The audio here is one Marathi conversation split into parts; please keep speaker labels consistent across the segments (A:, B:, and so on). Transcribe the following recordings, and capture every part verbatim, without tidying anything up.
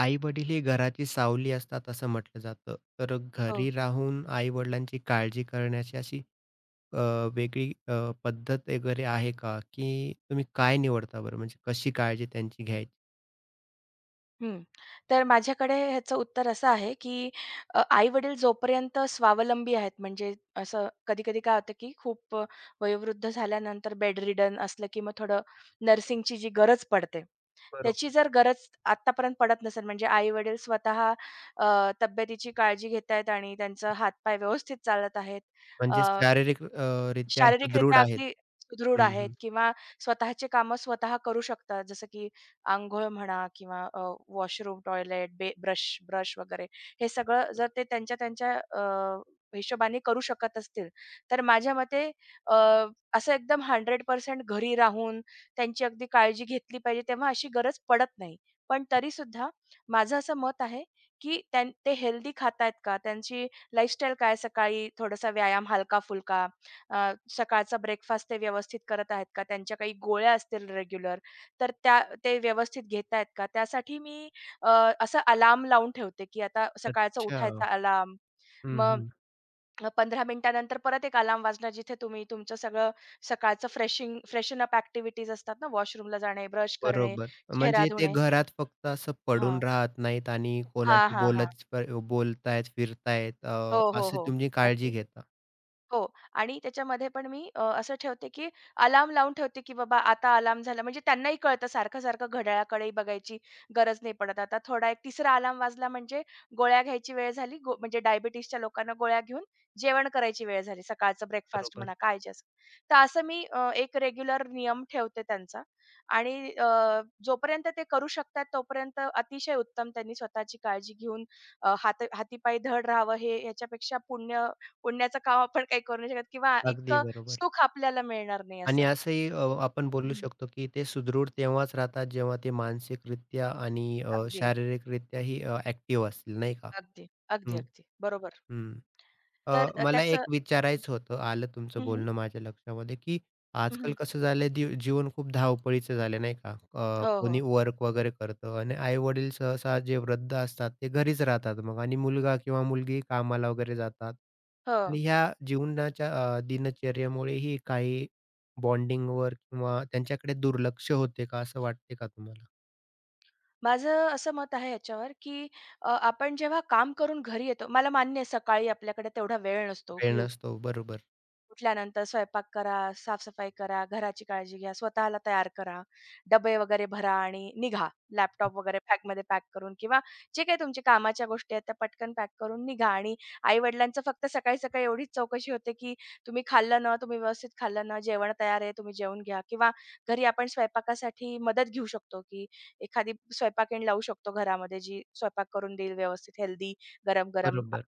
A: आई-वडील ही घराची सावली असतात असं म्हटलं जातं. तर
B: हो.
A: घरी राहून आई-वडिलांची काळजी करण्याची अशी अ, वेगळी अ, पद्धत वगैरे आहे का? की तुम्ही काय निवडता बरं? म्हणजे कशी काळजी त्यांची घ्यायची?
B: हं. तर माझ्याकडे ह्याचं उत्तर असं आहे, की अ, आई-वडील जोपर्यंत स्वावलंबी आहेत, म्हणजे असं कधी-कधी काय होतं, की खूप अ, वयोवृद्ध झाल्यानंतर बेडरिडन असलं, की मग थोडं नर्सिंगची जी गरज पडते, त्याची
A: बरोबर.
B: जर गरज आत्तापर्यंत पडत नसेल, म्हणजे आई-वडील स्वतः अ, तब्येतीची काळजी घेतायत आणि त्यांचा हातपाय व्यवस्थित चालत आहेत.
A: म्हणजे शारीरिक अ, रित्या सुदृढ
B: शारीरिकरित्या
A: आहेत.
B: अगदी सुदृढ
A: हं,
B: आहेत
A: हं.
B: किंवा स्वतःची कामं स्वतः करू शकतात. जसं की अंघोळ म्हणा किंवा अ, वॉशरूम, टॉयलेट, ब्रश ब्रश वगैरे हे सगळं जर ते त्यांच्या-त्यांच्या अ, हिशोबाने करू शकत असतील, तर माझ्या मते अ, असं एकदम शंभर टक्के घरी राहून त्यांची अगदी काळजी घेतली पाहिजे, तेव्हा अशी गरज पडत नाही. पण तरीसुद्धा माझं असं मत आहे, की त्यां ते हेल्दी खातायत का? त्यांची लाईफस्टाईल काय? सकाळी थोडासा व्यायाम हलका-फुलका, अ, सकाळचा ब्रेकफास्ट ते व्यवस्थित करत आहेत का? त्यांच्या काही गोळ्या असतील रेग्युलर, तर त्या ते व्यवस्थित घेत आहेत का? त्यासाठी मी अ, असा अलार्म लावून ठेवते, की आता सकाळचा
A: अच्छा.
B: उठायचा अलार्म.
A: हं,
B: मग
A: हं.
B: पंधरा मिनिटानंतर परत एक अलार्म वाजणार, जिथे तुम्ही तुमचं सगळं सकाळचं फ्रेशिंग फ्रेशन अप ॲक्टिव्हिटीज असतात ना, वॉशरूमला जाणे, ब्रश करणे,
A: बरोबर.
B: चेहरा
A: म्हणजे ते
B: धुणे.
A: घरात फक्त असं पडून
B: हां.
A: राहत नाहीत आणि
B: हां,
A: कोणाशी
B: हां, हां.
A: बोलत बोलतायत, फिरतायत, अ,
B: हो, हो,
A: अशी
B: हो.
A: तुमची काळजी
B: अगदी.
A: घेता.
B: हो. आणि त्याच्यामध्ये पण मी अ, असं ठेवते, की अलार्म लावून ठेवते, की बाबा आता अलार्म झाला. म्हणजे त्यांनाही कळतं सारखं-सारखं घड्याळाकडे बघायची गरज नाही पडत. आता थोडा एक तिसरा अलार्म वाजला म्हणजे गोळ्या घ्यायची वेळ झाली. गो म्हणजे डायबिटीजच्या लोकांना गोळ्या घेऊन जेवण करायची वेळ झाली. सकाळचं ब्रेकफास्ट
A: बरोबर.
B: म्हणा, काय जे असेल. तर असं मी अ, एक रेग्युलर नियम ठेवते त्यांचा आणि अ, जोपर्यंत ते करू शकतात तोपर्यंत अतिशय उत्तम त्यांनी स्वतःची काळजी घेऊन अ, हात हाती धड राहावं. हे याच्यापेक्षा पुण्य पुण्याचं काम आपण काही करू नाही शकत किंवा
A: अगदी
B: इतकं
A: बरोबर.
B: सुख आपल्याला मिळणार नाही
A: आणि
B: असं.
A: असंही अ, आपण बोलू
B: हं.
A: शकतो, की ते सुदृढ तेव्हाच राहतात, जेव्हा ते मानसिकरित्या आणि अ,
B: अगदी,
A: शारीरिकरित्याही अ, ॲक्टिव्ह असतील, नाही का?
B: अगदी,
A: हं,
B: अगदी, अगदी. बरोबर.
A: हं. अ,
B: तर अ,
A: मला एक
B: त्याचं
A: विचारायचं होतं, आलं तुमचं
B: हं, हं.
A: बोलणं माझ्या लक्षामध्ये, की आजकाल कसं झालंय दीव जीवन खूप धावपळीचं झालं नाही का? अ,
B: हो,
A: कोणी
B: हो.
A: वर्क वगैरे करतं आणि आई-वडील सहसा जे वृद्ध असतात ते घरीच राहतात मग आणि मुलगा किंवा मुलगी कामाला वगैरे जातात.
B: हो.
A: आणि ह्या जीवनाच्या अ, दिनचर्येमुळेही काही बॉन्डिंगवर किंवा त्यांच्याकडे दुर्लक्ष होते का असं वाटते का तुम्हाला?
B: माझं असं मत आहे याच्यावर, की अ, आपण जेव्हा काम करून घरी येतो, मला मान्य आहे सकाळी आपल्याकडे तेवढा वेळ नसतो
A: वेळ
B: की
A: नसतो. बरोबर,
B: उठल्यानंतर स्वयंपाक करा, साफ-सफाई करा, घराची काळजी घ्या, स्वतःला तयार करा, डबे वगैरे भरा आणि निघा. लॅपटॉप वगैरे बॅगमध्ये पॅक करून किंवा जे काही तुमच्या कामाच्या गोष्टी आहेत, त्या पटकन पॅक करून निघा आणि आई-वडिलांचं फक्त सकाळी-सकाळी एवढीच चौकशी होते, की तुम्ही खाल्लं ना? तुम्ही व्यवस्थित खाल्लं ना? जेवण तयार आहे, तुम्ही जेवून घ्या किंवा घरी आपण स्वयंपाकासाठी मदत घेऊ शकतो, की एखादी स्वयंपाकीण लावू शकतो घरामध्ये, जी स्वयंपाक करून देईल व्यवस्थित हेल्दी गरम-गरम.
A: बरोबर.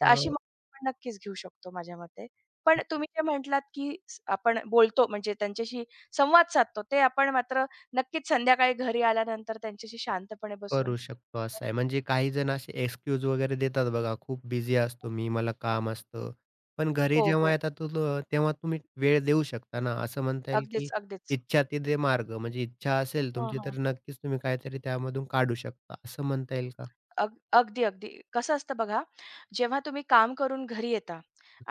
B: तर
A: अ
B: अशी मदत आपण नक्कीच घेऊ शकतो माझ्या मते. पण तुम्ही जे म्हटलात, की स आपण बोलतो म्हणजे त्यांच्याशी संवाद साधतो, ते आपण मात्र नक्कीच संध्याकाळी घरी आल्यानंतर त्यांच्याशी शांतपणे बसून.
A: करू शकतो असं आहे. म्हणजे काही जण असे एक्सक्यूज वगैरे देतात बघा, खूप बिझी असतो मी, मला काम असतं. पण घरी
B: हो,
A: जेव्हा
B: हो.
A: येतात तो तो तेव्हा तुम्ही वेळ देऊ शकता ना, असं म्हणता येईल
B: अगदीच,
A: की
B: अगदीच.
A: इच्छा तिथे मार्ग. म्हणजे इच्छा असेल
B: हां,
A: तुमची
B: हां.
A: तर नक्कीच तुम्ही काहीतरी त्यामधून काढू शकता, असं म्हणता येईल का?
B: अग अगदी, अगदी. कसं असतं बघा, जेव्हा तुम्ही काम करून घरी येता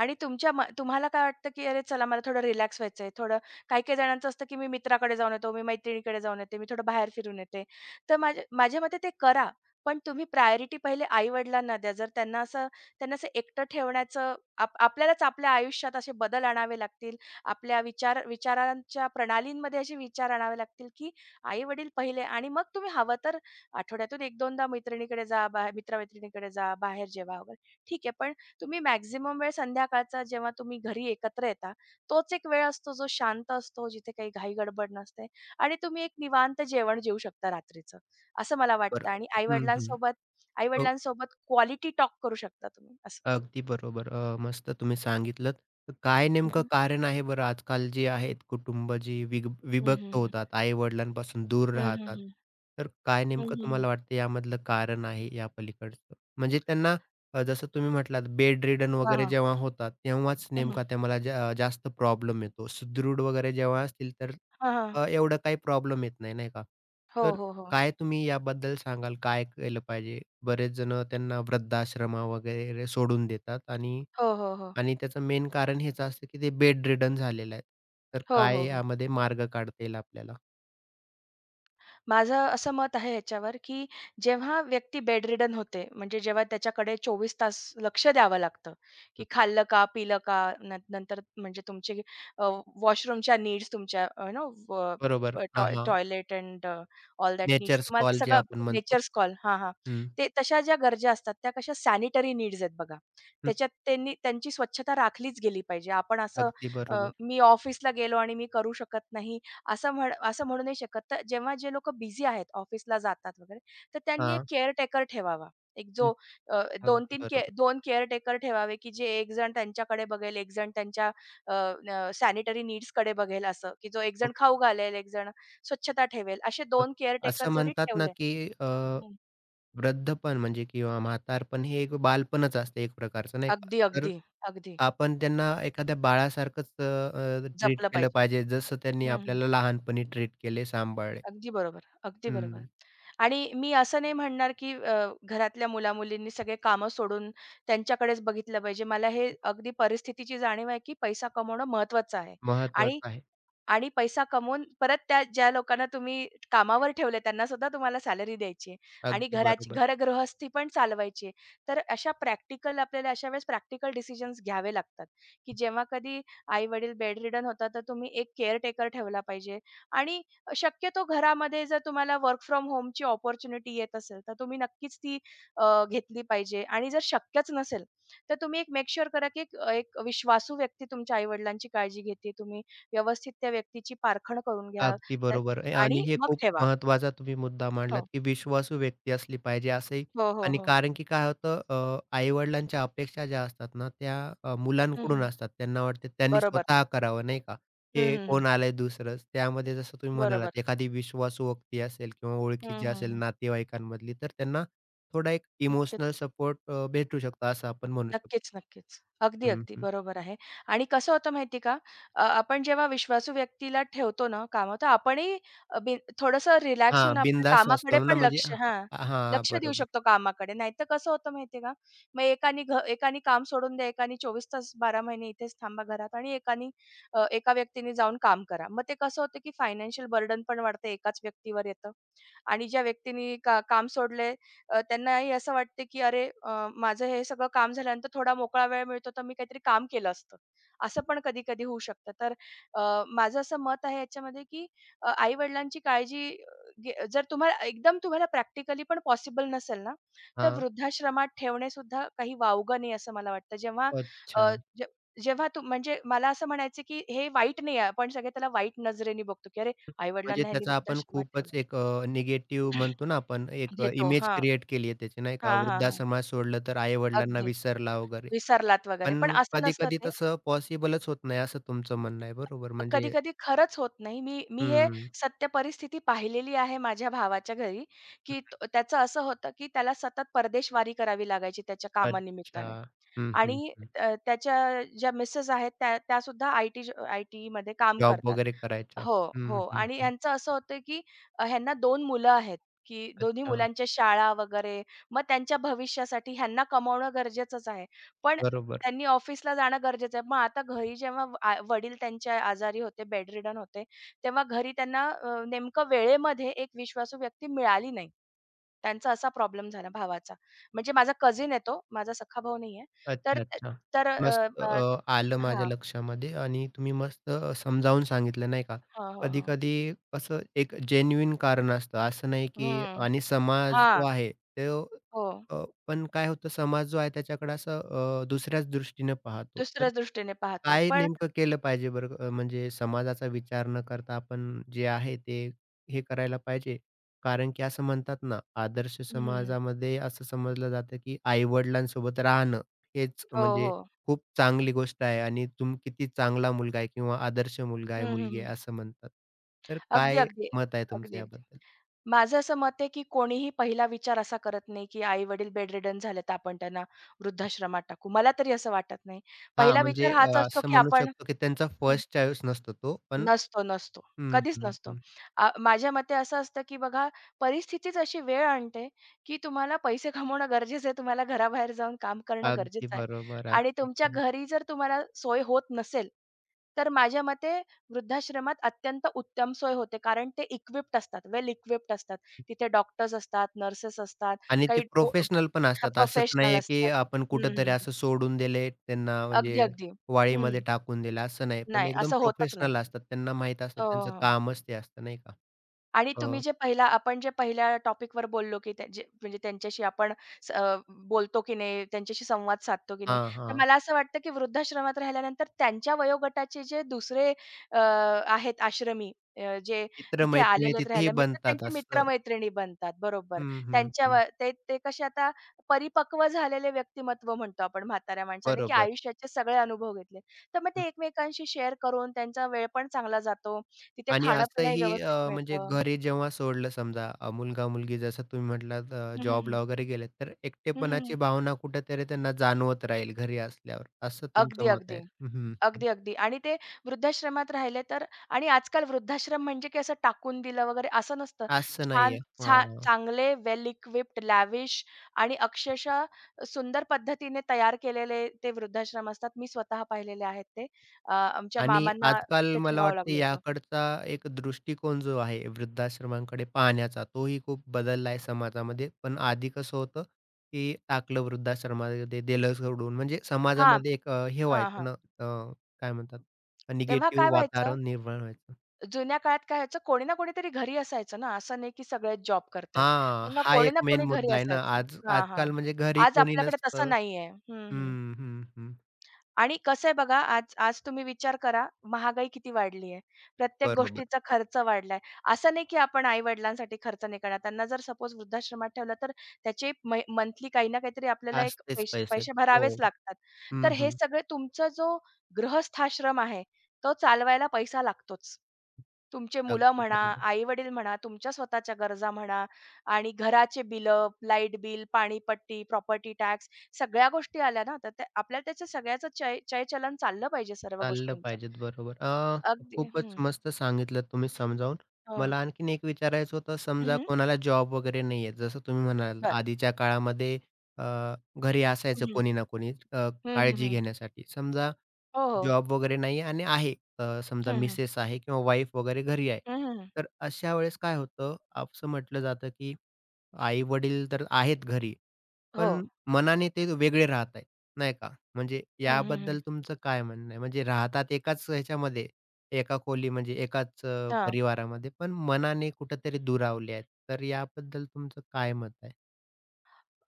B: आणि तुमच्या म तुम्हाला काय वाटतं, की "अरे चला, मला थोडं रिलॅक्स व्हायचंय." थोडं काही-काही जणांचं असतं, की "मी मित्राकडे जाऊन येतो, मी मैत्रिणीकडे जाऊन येते, मी थोडं बाहेर फिरून येते." तर माझ्या माझ्या मते ते करा, पण तुम्ही प्रायोरिटी पहिले आई-वडिलांना द्या. जर त्यांना असं त्यांना असं एकटं ठेवण्याचं आप आपल्यालाच आपल्या आयुष्यात असे बदल आणावे लागतील. आपल्या विचार विचारांच्या प्रणालींमध्ये असे विचार आणावे लागतील, की आई-वडील पहिले आणि मग तुम्ही हवं तर आठवड्यातून एक-2दा मैत्रिणीकडे जा, बाहे मित्र-मैत्रिणीकडे जा, बाहेर जेवा वगैरे. ठीक आहे, पण तुम्ही मॅक्सिमम वेळ संध्याकाळचा जेव्हा तुम्ही घरी एकत्र येता, तोच एक वेळ असतो जो शांत असतो, जिथे काही घाई-गडबड नसते आणि तुम्ही एक निवांत जेवण जेवू शकता रात्रीचं, असं मला वाटतं
A: बरं.
B: आणि
A: हं, हं.
B: आई-वडिलांसोबत आई-वडिलांसोबत क्वालिटी टॉक करू शकता तुम्ही असं.
A: अगदी बरोबर. अ, मस्त तुम्ही सांगितलंत. तर काय
B: हं,
A: नेमकं
B: हं.
A: कारण आहे बरं आजकाल जी आहेत कुटुंब जी विग
B: हं, हं,
A: विभक्त
B: हं.
A: होतात, आई-वडिलांपासून दूर
B: हं, हं,
A: राहतात.
B: हं.
A: तर काय
B: हं,
A: नेमकं
B: हं, हं.
A: तुम्हाला वाटतं यामधलं कारण आहे या पलीकडचं? म्हणजे त्यांना, अ, जसं तुम्ही म्हटलात बेडरिडन
B: हां,
A: वगैरे
B: हां.
A: जेव्हा होतात, तेव्हाच
B: हं,
A: नेमका त्याला जा जास्त प्रॉब्लेम येतो. सुदृढ वगैरे जेव्हा असतील तर अ, एवढं काही प्रॉब्लेम येत नाही, नाही का?
B: हो,
A: तर
B: हो, हो.
A: काय तुम्ही याबद्दल सांगाल? काय केलं पाहिजे? बरेच जणं त्यांना वृद्धाश्रम वगैरे सोडून देतात आणि
B: हो, हो, हो.
A: आणि त्याचं मेन कारण हेच असतं, की ते बेड रिडन झालेले आहेत. तर
B: हो,
A: काय
B: हो, हो.
A: यामध्ये मार्ग काढता येईल आपल्याला?
B: माझं असं मत आहे ह्याच्यावर, की जेव्हा व्यक्ती बेडरिडन होते, म्हणजे जेव्हा त्याच्याकडे चोवीस तास लक्ष द्यावं लागतं, की
A: हं,
B: खाल्लं का, पिलं का? न नंतर म्हणजे तुमचे वॉशरूमच्या नीड्स तुमच्या नो
A: बरोबर. हां, हां.
B: Toilet and all that needs
A: nature's
B: तुम्हाला ते
A: कॉल जे
B: सगळं
A: आपण म्हणतो.
B: नेचर्स कॉल हां, हां.
A: हं,
B: ते तशा ज्या गरजा असतात त्या कशा सॅनिटरी नीड्स आहेत बघा.
A: हं.
B: त्याच्यात त्यांनी त्यांची स्वच्छता राखलीच गेली पाहिजे. आपण असं
A: अगदी
B: अ,
A: बरोबर.
B: मी ऑफिसला गेलो आणि मी करू शकत नाही असं म्हण असं म्हणू नाही शकत. तर जेव्हा जे लोकं बिझी आहेत, ऑफिसला जातात वगैरे, तर त्यांनी एक
A: हां,
B: केअरटेकर ठेवावा. एक
A: हं.
B: जो अ,
A: अगदी
B: 2-3 के
A: बरोबर.
B: दोन केअरटेकर ठेवावे, की जे एक जण त्यांच्याकडे बघेल, एक जण त्यांच्या अ, न सॅनिटरी नीड्स कडे बघेल असं, की जो एक जण
A: हो,
B: खाऊ घालेल, एक जण स्वच्छता ठेवेल. असे
A: हो.
B: दोन केअरटेकर
A: असं
B: जरी
A: म्हणतात ना,
B: ठेवले.
A: की अ
B: हं.
A: वृद्धपण म्हणजे किंवा म्हातारपण हे एक बालपणच असतं एक प्रकारचं नाही का?
B: अगदी,
A: तर
B: अगदी, अगदी.
A: आपण त्यांना एखाद्या बाळासारखंच अ, अ, ट्रीट
B: जपलं
A: केलं
B: पाहिजे.
A: पाहिजे, जसं त्यांनी
B: हं, हं.
A: आपल्याला लहानपणी ट्रीट केले, सांभाळले.
B: अगदी बरोबर, अगदी बरोबर.
A: हं,
B: आणि मी असं नाही म्हणणार, की अ, घरातल्या मुला-मुलींनी सगळे कामं सोडून त्यांच्याकडेच बघितलं पाहिजे. मला हे अगदी परिस्थितीची जाणीव आहे, की पैसा कमवणं महत्त्वाचं आहे आणि
A: महत्त्वाचं आहे.
B: आणि पैसा कमवून परत त्या ज्या लोकांना तुम्ही कामावर ठेवलंय त्यांना सुद्धा तुम्हाला सॅलरी द्यायची आहे आणि
A: अगदी
B: घराची
A: बरोबर.
B: घर गृहस्थी पण चालवायची आहे. तर अशा प्रॅक्टिकल आपल्याला अशा वेळेस प्रॅक्टिकल डिसिजन्स घ्यावे लागतात, की जेव्हा कधी आई-वडील रिड़न होतात, तर तुम्ही एक केअरटेकर ठेवला पाहिजे आणि शक्यतो घरामध्ये जर तुम्हाला वर्क फ्रॉम होमची अपॉर्च्युनिटी येत असेल, तर तुम्ही नक्कीच ती अ, घेतली पाहिजे आणि जर शक्यच नसेल, तर तुम्ही एक मेक शुअर करा, की एक एक विश्वासू व्यक्ती तुमच्या आई-वडिलांची काळजी घेते, तुम्ही व्यवस्थित त्या व्यक्तीची पारखण करून घ्या
A: अगदी
B: त्या
A: बरोबर आहे आणि
B: आणि
A: हे
B: मग
A: खूप
B: ठेवा.
A: महत्त्वाचा तुम्ही मुद्दा मांडलात,
B: हो.
A: की विश्वासू व्यक्ती असली पाहिजे असंही.
B: हो, हो,
A: आणि
B: हो.
A: कारण की काय होतं, अ, आई-वडिलांच्या अपेक्षा ज्या असतात ना, त्या अ,
B: हं,
A: मुलांकडून
B: हं.
A: असतात. त्यांना वाटते त्यांनी
B: बरोबर.
A: स्वतः करावं नाही का?
B: हं,
A: हे
B: हं,
A: कोण
B: हं.
A: आलंय दुसरंच. त्यामध्ये जसं तुम्ही
B: बरोबर.
A: म्हणालात एखादी विश्वासू व्यक्ती असेल किंवा
B: हं,
A: ओळखीची
B: हं,
A: असेल
B: हं.
A: नातेवाईकांमधली, तर त्यांना थोडा एक इमोशनल
B: नक्कीच.
A: सपोर्ट भेटू शकतो असं आपण म्हणू शकतो.
B: नक्कीच, नक्कीच. अगदी,
A: हं,
B: अगदी
A: हं.
B: बरोबर आहे. आणि कसं होतं माहिती आहे का? अ, आपण जेव्हा विश्वासू व्यक्तीला ठेवतो ना कामावर, तर आपणही अ, बी थोडंसं रिलॅक्स
A: हां,
B: होऊन आपल्या
A: बिनधास्त
B: कामाकडे
A: असतो ना
B: पण
A: म्हणजे,
B: लक्ष, हां,
A: हां, हां,
B: लक्ष देऊ
A: बरोबर.
B: शकतो कामाकडे. नाहीतर कसं होतं माहिती आहे का? मग एकानी घ एकानी काम सोडून द्या, एकानी चोवीस तास बारा महिने इथेच थांबा घरात आणि एकानी अ, एका व्यक्तीने जाऊन काम करा. मग ते कसं होतं, की फायनान्शियल बर्डन पण वाढतं, एकाच व्यक्तीवर येतं. आणि ज्या व्यक्तीने का काम सोडले अ, त्यांनाही असं वाटते, की अरे, अ, माझं हे सगळं काम झाल्यानंतर थोडा मोकळा वेळ मिळतो, तर मी काहीतरी काम केलं असतं. असं पण कधी-कधी होऊ शकतं. तर अ, माझं असं मत आहे याच्यामध्ये, की आई-वडिलांची काळजी अ, घे जर तुम्हाला एकदम तुम्हाला प्रॅक्टिकली पण पॉसिबल नसेल ना, तर
A: हां,
B: वृद्धाश्रमात ठेवणेसुद्धा काही वावगं नाही असं मला वाटतं. जेव्हा
A: अच्छा.
B: अ, जे जेव्हा तू म्हणजे मला असं म्हणायचं, की हे वाईट नाही आहे. आपण सगळे त्याला वाईट नजरेने बघतो, की अरे
A: म्हणजे
B: आई-वडिलांना ह्यांनी
A: त्याचा आपण
B: वृद्धाश्रमात ठेवलं.
A: खूपच एक अ, निगेटिव्ह म्हणतो ना आपण एक, अ,
B: घेतो.
A: इमेज
B: हां.
A: क्रिएट केली आहे त्याची नाही का?
B: हां, हां, हां.
A: वृद्धाश्रमात सोडलं तर आई-वडिलांना
B: अगदी.
A: विसरला वगैरे.
B: विसरलात वगैरे. पण
A: पण
B: असं नसतं
A: कधी-कधी
B: ते.
A: तसं पॉसिबलच होत नाही असं तुमचं म्हणणं आहे बरोबर म्हणजे.
B: कधी-कधी खरंच होत नाही. मी मी हे
A: हं.
B: सत्य परिस्थिती पाहिलेली आहे माझ्या भावाच्या घरी, की त त्याचं असं होतं, की त्याला सतत परदेशवारी करावी लागायची त्याच्या
A: अच्छा.
B: कामानिमित्ताने.
A: हं, हं,
B: आणि
A: हं.
B: अ, त्याच्या ज्या मिसेस आहेत त्या त्यासुद्धा आय-टी आय-टीमध्ये काम
A: जॉब
B: करतात.
A: वगैरे करायचा.
B: हो,
A: हं,
B: हो.
A: हं,
B: आणि
A: हं.
B: ह्यांचं असं होतं, की अ, ह्यांना दोन मुलं आहेत, की दोन्ही
A: अच्छा.
B: मुलांच्या शाळा वगैरे. मग त्यांच्या भविष्यासाठी ह्यांना कमावणं गरजेचंच आहे. पण
A: बरोबर.
B: त्यांनी ऑफिसला जाणं गरजेचं आहे. मग आता घरी जेव्हा व- आ वडील त्यांच्या आजारी होते, बेडरिडन होते, तेव्हा घरी त्यांना अ, नेमकं वेळेमध्ये एक विश्वासू व्यक्ती मिळाली नाही. त्यांचा असा प्रॉब्लेम झाला भावाचा. म्हणजे माझा कझिन आहे, माझा सख्खा भाऊ नाहीये. तर
A: अच्छा, अच्छा.
B: तर
A: मस्त,
B: अ, अ,
A: अ, आलं माझ्या
B: हां.
A: लक्षामध्ये आणि तुम्ही मस्त अ, समजावून सांगितलं नाही का.
B: हां, हां, हां.
A: कधी-कधी कसं एक जेन्युइन कारण असतं. असं नाही की.
B: हं.
A: आणि समाज जो
B: हां.
A: आहे तो,
B: हो.
A: अ, पण काय होतं समाज जो आहे त्याच्याकडे असं अ, दुसऱ्याच दृष्टीने पाहतो.
B: दुसऱ्या
A: तर
B: दृष्टीने पाहतो.
A: काय
B: पण
A: नेमकं केलं पाहिजे बरं, अ, म्हणजे समाजाचा विचार न करता आपण जे आहे ते हे करायला पाहिजे. कारण की असं म्हणतात ना, आदर्श
B: हं, हं, हं.
A: समाजामध्ये असं समजलं जातं की आई-वडिलांसोबत राहणं हेच
B: हो,
A: म्हणजे
B: हो.
A: खूप चांगली गोष्ट आहे आणि तुम्ही किती चांगला मुलगा आहे किंवा आदर्श मुलगा आहे,
B: हं, हं,
A: मुलगी
B: हं.
A: आहे असं म्हणतात. तर
B: अगदी,
A: काय
B: अगदी.
A: मत आहे
B: अगदी,
A: तुमचं
B: अगदी.
A: याबद्दल?
B: माझं असं मत आहे, की कोणीही पहिला विचार असा करत नाही, की आई-वडील बेडरिडन झाले, तर आपण त्यांना वृद्धाश्रमात टाकू. मला तरी असं वाटत नाही.
A: हां,
B: पहिला
A: म्हणजे
B: विचार
A: अ,
B: हाच असतो,
A: असं
B: की
A: म्हणू
B: आपण
A: शकतो की त्यांचा
B: हं.
A: फर्स्ट चॉईस नसतो तो पण.
B: नसतो, नसतो.
A: हं,
B: कधीच
A: हं,
B: नसतो.
A: हं.
B: आ, माझ्या मते असं असतं, की बघा परिस्थितीच अशी वेळ आणते, की तुम्हाला पैसे कमवणं गरजेचं आहे. तुम्हाला घराबाहेर जाऊन काम करणं
A: अगदी
B: गरजेचं आहे.
A: बरोबर,
B: आणि
A: अगदी
B: तुमच्या
A: बरोबर.
B: घरी जर तुम्हाला सोय होत नसेल, तर माझ्या मते वृद्धाश्रमात अत्यंत उत्तम सोय होते. कारण ते इक्विप्ड असतात, वेल इक्विप्ड असतात. तिथे डॉक्टर्स असतात, नर्सेस असतात,
A: आणि ते
B: काही
A: प्रोफेशनल पण असतात. असंच
B: प्रोफेशनल
A: नाहीये की
B: असतात.
A: आपण
B: हं, हं,
A: कुठेतरी
B: हं.
A: असं सोडून दिले त्यांना
B: अगदी,
A: म्हणजे
B: अगदी. हं.
A: वाळीमध्ये टाकून दिलं असं नाही. पण
B: नाही,
A: एकदम
B: असं होतच नाही.
A: प्रोफेशनल असतात. त्यांना माहीत असतं
B: हो,
A: त्यांचं
B: हो.
A: कामच ते असतं नाही का?
B: आणि तुम्ही
A: अ,
B: जे पहिला आपण जे पहिल्या टॉपिकवर बोललो, की त्या जे म्हणजे त्यांच्याशी आपण स अ, बोलतो की नाही, त्यांच्याशी संवाद साधतो की नाही.
A: हां,
B: तर
A: हां.
B: मला असं वाटतं, की वृद्धाश्रमात राहिल्यानंतर त्यांच्या वयोगटाचे जे दुसरे अ, आहेत आश्रमी अ, जे तिथे
A: मित्र-मैत्रिणी
B: आलेले आहेत
A: तिथेही
B: राहायला, मित्र
A: बनतात
B: त्यांचे
A: असं.
B: मित्र बनतात. बरोबर.
A: हं, हं,
B: त्यांच्या
A: हं.
B: व ते ते कसे आता परिपक्व झालेले व्यक्तिमत्व म्हणतो आपण म्हाताऱ्या माणसाने, की
A: बरोबर.
B: आयुष्याचे सगळे अनुभव घेतले. तर मग
A: हं.
B: ते एकमेकांशी शेअर करून त्यांचा वेळ पण चांगला जातो. तिथे
A: आणि
B: खाणं-पिणंही
A: असंही, अ,
B: व्यवस्थित
A: म्हणजे
B: मिळतं.
A: घरी जेव्हा सोडलं समजा, अ, मुलगा-मुलगी जसं तुम्ही म्हटलात, अ,
B: हं, हं, हं.
A: जॉबला वगैरे गेलेत, तर
B: हं,
A: एकटेपणाची भावना कुठेतरी त्यांना जाणवत राहील घरी असल्यावर, असं तुमचं
B: अगदी,
A: मत
B: अगदी.
A: आहे. हं, हं.
B: अगदी, अगदी. आणि ते वृद्धाश्रमात राहिले तर आणि आजकाल वृद्धाश्रम म्हणजे की असं टाकून दिलं वगैरे असं नसतं.
A: असं
B: छान
A: नाहीये.
B: छा
A: हां.
B: चांगले वेल इक्विप्ड, लॅविश आणि अक्षरशः सुंदर पद्धतीने तयार केलेले ते वृद्धाश्रम असतात. मी स्वतः पाहिलेले आहेत ते. अ, आमच्या
A: आणि
B: मामांना
A: आजकाल
B: ते
A: मला
B: ठेवावं
A: वाटतं
B: लागलं होतं.
A: याकडचा एक दृष्टिकोन जो आहे वृद्धाश्रमांकडे पाहण्याचा, तोही खूप बदलला आहे समाजामध्ये. पण आधी कसं होतं, की टाकलं वृद्धाश्रमामध्ये, दिलं सोडून. म्हणजे
B: हां.
A: समाजामध्ये एक, अ, हे
B: हां,
A: व्हायचं
B: हां.
A: ना, अ, काय म्हणतात,
B: तेव्हा काय
A: निगेटिव्ह
B: व्हायचं,
A: वातावरण निर्माण व्हायचं.
B: जुन्या काळात काय व्हायचं, कोणी ना कोणीतरी घरी असायचं ना, असं नाही की सगळेच जॉब करतायत.
A: हां,
B: त्यांना
A: हा
B: कोणी
A: एक
B: ना
A: मेन
B: कोणी घरी
A: मुद्दा आहे ना.
B: असायचं.
A: आज
B: हां, हां.
A: आजकाल म्हणजे घरी
B: आज
A: कोणी
B: आपल्याकडे तसं
A: नसतं.
B: नाहीये. हं, हं.
A: हं, हं, हं.
B: आणि कसं आहे बघा, आज आज तुम्ही विचार करा, महागाई किती वाढली आहे. प्रत्येक
A: बरोबर.
B: गोष्टीचा खर्च वाढलाय. असं नाही की आपण आई-वडिलांसाठी खर्च नाही करणार. त्यांना जर सपोज वृद्धाश्रमात ठेवलं, तर त्याचे म मंथली काही ना काहीतरी आपल्याला एक
A: असतेच
B: पैसे
A: पैसे.
B: पैसे
A: हो.
B: भरावेच लागतात. तर
A: हं,
B: हे
A: हं.
B: सगळे तुमचा जो गृहस्थाश्रम आहे, तो चालवायला पैसा लागतोच. तुमचे मुलं
A: अगदी
B: म्हणा,
A: बरोबर.
B: आई-वडील म्हणा, तुमच्या स्वतःच्या गरजा म्हणा आणि घराचे बिलं, लाईट बिल, पाणीपट्टी, प्रॉपर्टी टॅक्स, सगळ्या गोष्टी आल्या ना, तर त्या आपल्याला त्याचं सगळ्याचं चय चय-चलन चाललं पाहिजे सर्व
A: चाललं
B: गोष्टींचं.
A: पाहिजेत, बरोबर. अ,
B: अगदी
A: खूपच
B: हं.
A: मस्त सांगितलं तुम्ही समजावून.
B: हो.
A: मला आणखीन एक विचारायचं होतं,
B: हं,
A: समजा
B: हं.
A: कोणाला जॉब वगैरे नाही आहे, जसं तुम्ही म्हणालात
B: बरं.
A: आधीच्या काळामध्ये, अ, घरी
B: हं,
A: असायचं
B: हं.
A: कोणी ना कोणी, अ, काळजी
B: हं,
A: घेण्यासाठी. समजा
B: हो, हो.
A: जॉब वगैरे नाही आहे आणि आहे, अ, समजा
B: हं, हं.
A: मिसेस आहे किंवा वाईफ वगैरे घरी आहे.
B: हं, हं, हं.
A: तर अशा वेळेस काय होतं, असं म्हटलं जातं, की आई-वडील तर आहेत घरी.
B: हो.
A: पण मनाने ते वेगळे राहत आहेत, नाही का? म्हणजे
B: हं, हं, हं.
A: याबद्दल तुमचं काय म्हणणं आहे? म्हणजे राहतात एकाच ह्याच्यामध्ये, एका खोली म्हणजे एकाच अ,
B: हां.
A: परिवारामध्ये, पण मनाने कुठेतरी दुरावले आहेत. तर याबद्दल तुमचं काय मत आहे?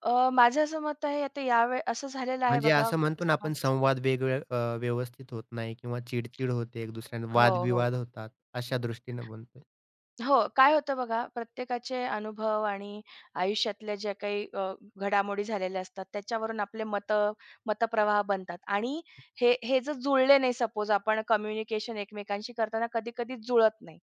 B: अ, माझं असं मत आहे आता यावेळी असं झालेलं आहे
A: म्हणजे
B: बघा.
A: असं म्हणतो ना आपण
B: समज
A: संवाद वेगळे अ, व्यवस्थित होत नाही किंवा चिड-चिड होते एक दुसऱ्याने,
B: हो, हो.
A: वादविवाद होतात, अशा दृष्टीने म्हणतोय.
B: हो, काय होतं बघा, प्रत्येकाचे अनुभव आणि आयुष्यातल्या ज्या काही अ, घडामोडी झालेल्या असतात, त्याच्यावरून आपले मत मतप्रवाह बनतात आणि हे हे जर जुळले नाही, सपोज आपण कम्युनिकेशन एकमेकांशी करताना कधी-कधी जुळत नाही.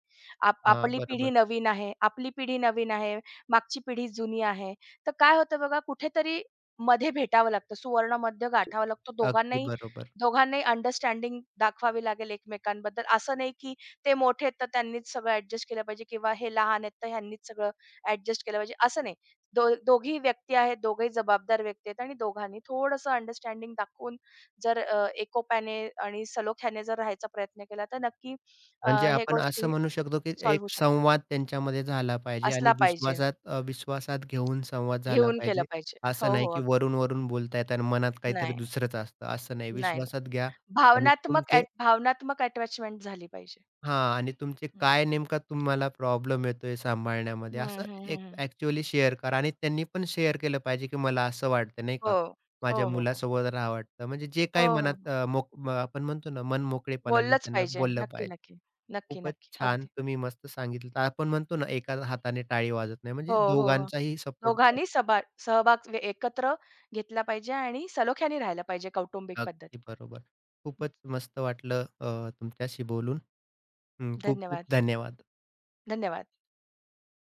B: आप
A: हां,
B: आपली पिढी
A: बरोबर.
B: नवीन आहे, आपली पिढी नवीन आहे, मागची पिढी जुनी आहे. तर काय होतं बघा, कुठेतरी मध्ये भेटावं लागतं, सुवर्ण मध्य गाठावा लागतो.
A: अगदी
B: दोघांनाही
A: बरोबर.
B: दोघांनाही अंडरस्टँडिंग दाखवावी लागेल एकमेकांबद्दल. असं नाही की ते मोठे आहेत, तर त्यांनीच सगळं ॲडजस्ट केलं पाहिजे किंवा हे लहान आहेत, तर ह्यांनीच सगळं ॲडजस्ट केलं पाहिजे, असं नाही. दो दोघीही व्यक्ती आहेत, दोघंही जबाबदार व्यक्ती आहेत आणि दोघांनी थोडंसं अंडरस्टँडिंग दाखवून जर अ, एकोप्याने आणि सलोख्याने जर राहायचा प्रयत्न केला, तर नक्की अ,
A: म्हणजे
B: हे
A: आपण असं
B: गोष्टी
A: म्हणू शकतो, की
B: सॉल्व्ह
A: एक
B: होऊ शकतात.
A: संवाद त्यांच्यामध्ये झाला पाहिजे
B: असला
A: आणि
B: पाहिजे,
A: विश्वासात अ, विश्वासात घेऊन संवाद झाला
B: घेऊन केलं
A: पाहिजे.
B: पाहिजे.
A: असं
B: हो,
A: नाही,
B: हो.
A: की
B: अग
A: वरून-वरून बोलतायत आणि मनात काहीतरी
B: नाही,
A: दुसरंच असतं. असं नाही,
B: नाही, नाही.
A: विश्वासात घ्या. आणि
B: भावनात्मक
A: तुमचे,
B: ॲट भावनात्मक अटॅचमेंट झाली पाहिजे.
A: हां, आणि तुमचे
B: हं.
A: काय नेमका तुम्हाला प्रॉब्लेम येतोय सांभाळण्यामध्ये
B: हं,
A: असं
B: हं,
A: एक
B: हं,
A: ॲक्चुअली शेअर करा आणि त्यांनी पण शेअर केलं पाहिजे, की मला असं वाटतं नाही
B: हो.
A: का, माझ्या
B: हो, हो, हो.
A: मुलासोबत राहावं वाटतं. म्हणजे जे
B: हो,
A: काही
B: हो.
A: मनात अ, मोक म- आपण म्हणतो ना, मन मोकळेपणाने
B: बोललंच
A: त्यांना
B: पाहिजे.
A: बोललं
B: नक्की,
A: पाहिजे.
B: नक्की. नक्की,
A: खूपच
B: नक्की.
A: छान
B: अगदी.
A: तुम्ही मस्त सांगितलं. तर आपण म्हणतो ना एका हाताने टाळी वाजत नाही
B: हो,
A: म्हणजे
B: हो, हो.
A: दोघांचाही सपोर्ट
B: दोघांनी
A: पाहिजे.
B: सभा सहभाग वे एकत्र घेतला पाहिजे आणि सलोख्याने राहायला पाहिजे कौटुंबिक
A: अगदी
B: पद्धतीत.
A: बरोबर. खूपच मस्त वाटलं अ, तुमच्याशी बोलून. अं, खूप खूप
B: धन्यवाद.
A: धन्यवाद.
B: धन्यवाद.